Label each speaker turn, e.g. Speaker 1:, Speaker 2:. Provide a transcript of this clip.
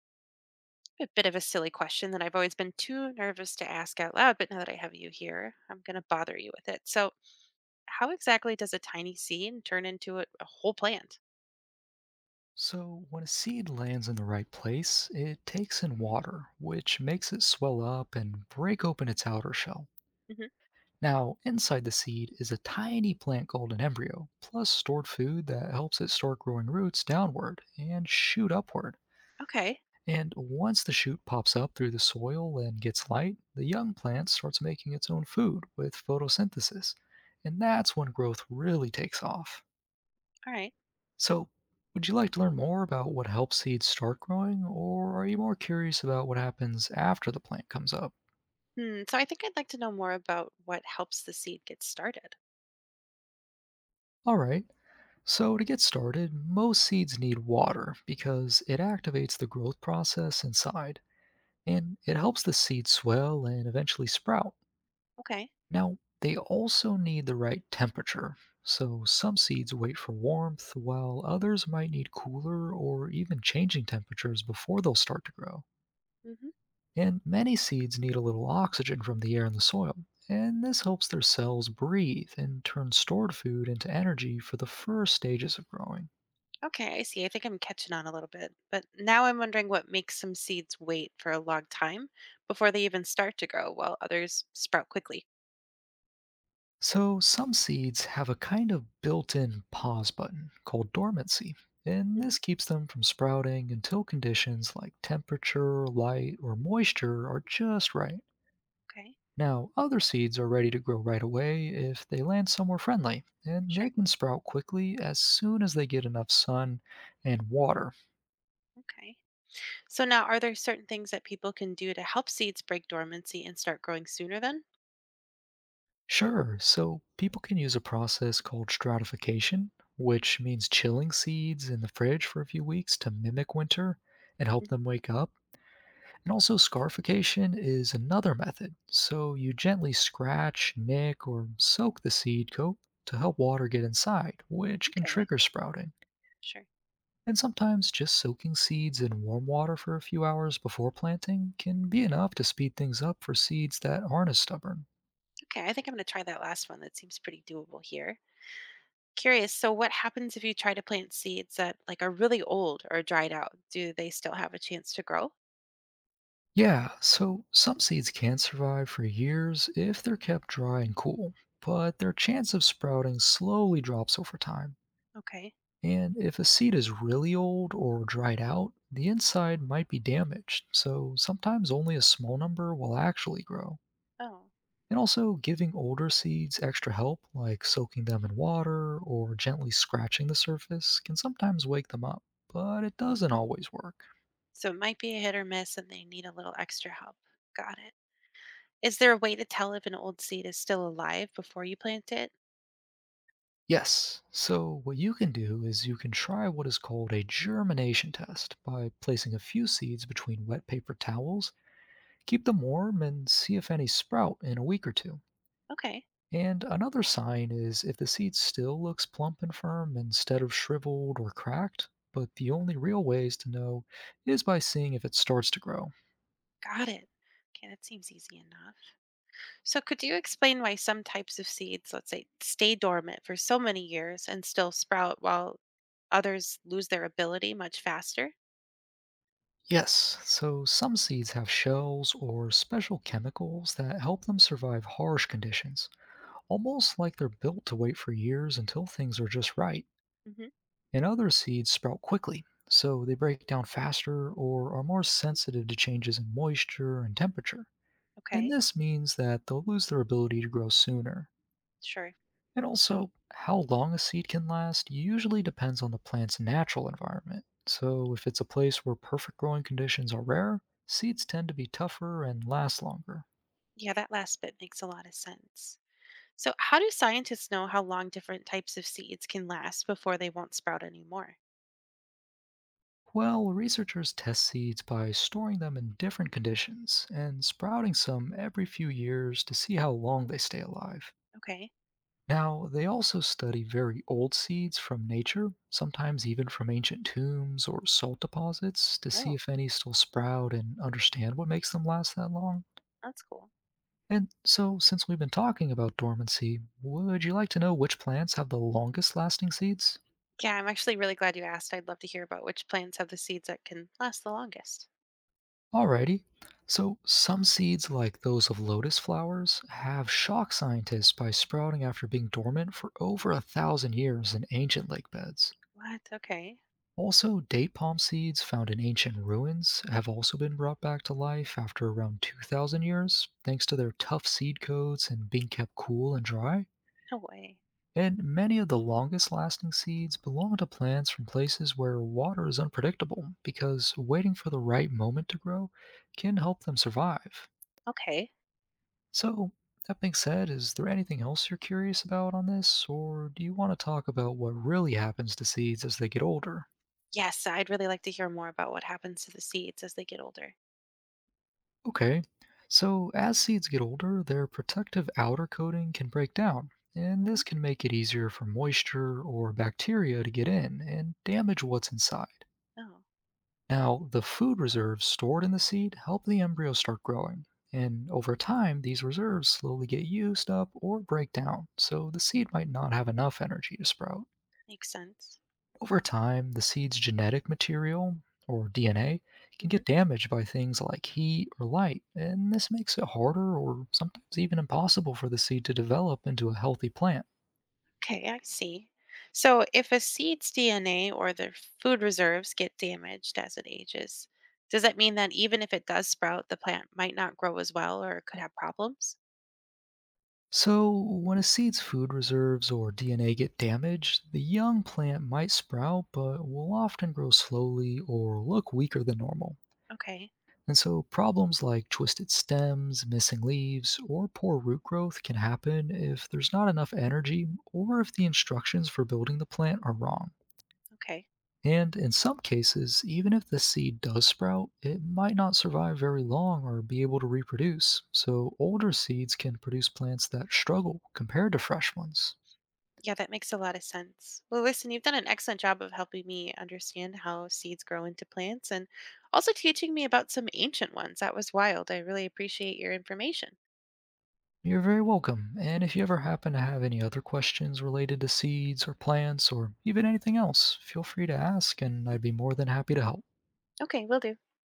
Speaker 1: A bit of a silly question that I've always been too nervous to ask out loud, but now that I have you here, I'm going to bother you with it. So, how exactly does a tiny seed turn into a whole plant?
Speaker 2: So, when a seed lands in the right place, it takes in water, which makes it swell up and break open its outer shell.
Speaker 1: Hmm.
Speaker 2: Now, inside the seed is a tiny plant called an embryo, plus stored food that helps it start growing roots downward and shoot upward.
Speaker 1: Okay.
Speaker 2: And once the shoot pops up through the soil and gets light, the young plant starts making its own food with photosynthesis. And that's when growth really takes off.
Speaker 1: All right.
Speaker 2: So, would you like to learn more about what helps seeds start growing, or are you more curious about what happens after the plant comes up?
Speaker 1: Hmm. So, I think I'd like to know more about what helps the seed get started.
Speaker 2: Alright, so to get started, most seeds need water because it activates the growth process inside, and it helps the seed swell and eventually sprout.
Speaker 1: Okay.
Speaker 2: Now, they also need the right temperature, so some seeds wait for warmth, while others might need cooler or even changing temperatures before they'll start to grow.
Speaker 1: Mm-hmm.
Speaker 2: And many seeds need a little oxygen from the air in the soil, and this helps their cells breathe and turn stored food into energy for the first stages of growing.
Speaker 1: Okay, I see. I think I'm catching on a little bit. But now I'm wondering what makes some seeds wait for a long time before they even start to grow, while others sprout quickly.
Speaker 2: So, some seeds have a kind of built in pause button called dormancy, and this
Speaker 1: Hmm.
Speaker 2: keeps them from sprouting until conditions like temperature, light, or moisture are just right.
Speaker 1: Okay,
Speaker 2: Now, other seeds are ready to grow right away if they land somewhere friendly, and they
Speaker 1: sure.
Speaker 2: can sprout quickly as soon as they get enough sun and water.
Speaker 1: Okay. So now, are there certain things that people can do to help seeds break dormancy and start growing sooner then?
Speaker 2: Sure. So people can use a process called stratification, which means chilling seeds in the fridge for a few weeks to mimic winter and help
Speaker 1: Hmm.
Speaker 2: them wake up. And also, scarification is another method. So you gently scratch, nick, or soak the seed coat to help water get inside, which can
Speaker 1: Okay,
Speaker 2: trigger sprouting.
Speaker 1: sure.
Speaker 2: And sometimes just soaking seeds in warm water for a few hours before planting can be enough to speed things up for seeds that aren't as stubborn.
Speaker 1: Okay, I think I'm going to try that last one. That seems pretty doable here. Curious, so what happens if you try to plant seeds that like are really old or dried out? Do they still have a chance to grow?
Speaker 2: Yeah, so some seeds can survive for years if they're kept dry and cool, but their chance of sprouting slowly drops over time.
Speaker 1: Okay.
Speaker 2: And if a seed is really old or dried out, the inside might be damaged, so sometimes only a small number will actually grow.
Speaker 1: Oh.
Speaker 2: And also, giving older seeds extra help, like soaking them in water or gently scratching the surface, can sometimes wake them up, but it doesn't always work.
Speaker 1: So it might be a hit or miss and they need a little extra help. Got it. Is there a way to tell if an old seed is still alive before you plant it?
Speaker 2: Yes. So, what you can do is you can try what is called a germination test by placing a few seeds between wet paper towels, keep them warm, and see if any sprout in a week or two.
Speaker 1: Okay,
Speaker 2: And another sign is if the seed still looks plump and firm instead of shriveled or cracked. But the only real ways to know is by seeing if it starts to grow.
Speaker 1: got it. Okay, that seems easy enough. So could you explain why some types of seeds, let's say, stay dormant for so many years and still sprout while others lose their ability much faster?
Speaker 2: Yes, so some seeds have shells or special chemicals that help them survive harsh conditions, almost like they're built to wait for years until things are just right.
Speaker 1: Hmm.
Speaker 2: And other seeds sprout quickly, so they break down faster or are more sensitive to changes in moisture and temperature. And
Speaker 1: Okay,
Speaker 2: this means that they'll lose their ability to grow sooner.
Speaker 1: sure.
Speaker 2: And also, how long a seed can last usually depends on the plant's natural environment. So, if it's a place where perfect growing conditions are rare, seeds tend to be tougher and last longer.
Speaker 1: Yeah, that last bit makes a lot of sense. So, how do scientists know how long different types of seeds can last before they won't sprout anymore?
Speaker 2: Well, researchers test seeds by storing them in different conditions and sprouting some every few years to see how long they stay alive.
Speaker 1: Okay.
Speaker 2: Now, they also study very old seeds from nature, sometimes even from ancient tombs or salt deposits, to see
Speaker 1: Oh,
Speaker 2: if any still sprout and understand what makes them last that long.
Speaker 1: that's cool.
Speaker 2: And so, since we've been talking about dormancy, would you like to know which plants have the longest lasting seeds?
Speaker 1: Yeah, I'm actually really glad you asked. I'd love to hear about which plants have the seeds that can last the longest.
Speaker 2: Alrighty. So, some seeds, like those of lotus flowers, have shocked scientists by sprouting after being dormant for over 1,000 years in ancient lake beds.
Speaker 1: What? Okay.
Speaker 2: Also, date palm seeds found in ancient ruins have also been brought back to life after around 2,000 years, thanks to their tough seed coats and being kept cool and dry.
Speaker 1: No way.
Speaker 2: And many of the longest lasting seeds belong to plants from places where water is unpredictable, because waiting for the right moment to grow can help them survive.
Speaker 1: Okay.
Speaker 2: So, that being said, is there anything else you're curious about on this, or do you want to talk about what really happens to seeds as they get older?
Speaker 1: Yes, I'd really like to hear more about what happens to the seeds as they get older.
Speaker 2: Okay, so as seeds get older, their protective outer coating can break down, and
Speaker 1: Hmm.
Speaker 2: this can make it easier for moisture or bacteria to get in and damage what's inside.
Speaker 1: Oh,
Speaker 2: Now, the food reserves stored in the seed help the embryo start growing, and over time, these reserves slowly get used up or break down, so the seed might not have enough energy to sprout.
Speaker 1: makes sense.
Speaker 2: Over time, the seed's genetic material, or DNA, can get
Speaker 1: Hmm.
Speaker 2: damaged by things like heat or light, and this makes it harder or sometimes even impossible for the seed to develop into a healthy plant.
Speaker 1: Okay, I see. So, if a seed's DNA or their food reserves get damaged as it ages, does that mean that even if it does sprout, the plant might not grow as well or could have problems?
Speaker 2: So, when a seed's food reserves or DNA get damaged, the young plant might sprout but will often grow slowly or look weaker than normal.
Speaker 1: Okay,
Speaker 2: And so, problems like twisted stems, missing leaves, or poor root growth can happen if there's not enough energy or if the instructions for building the plant are wrong.
Speaker 1: okay.
Speaker 2: And in some cases, even if the seed does sprout, it might not survive very long or be able to reproduce. So, older seeds can produce plants that struggle compared to fresh ones.
Speaker 1: Yeah, that makes a lot of sense. Well, listen, you've done an excellent job of helping me understand how seeds grow into plants and also teaching me about some ancient ones. That was wild. I really appreciate your information.
Speaker 2: You're very welcome. And if you ever happen to have any other questions related to seeds or plants or even anything else, feel free to ask and I'd be more than happy to help.
Speaker 1: Okay, will do.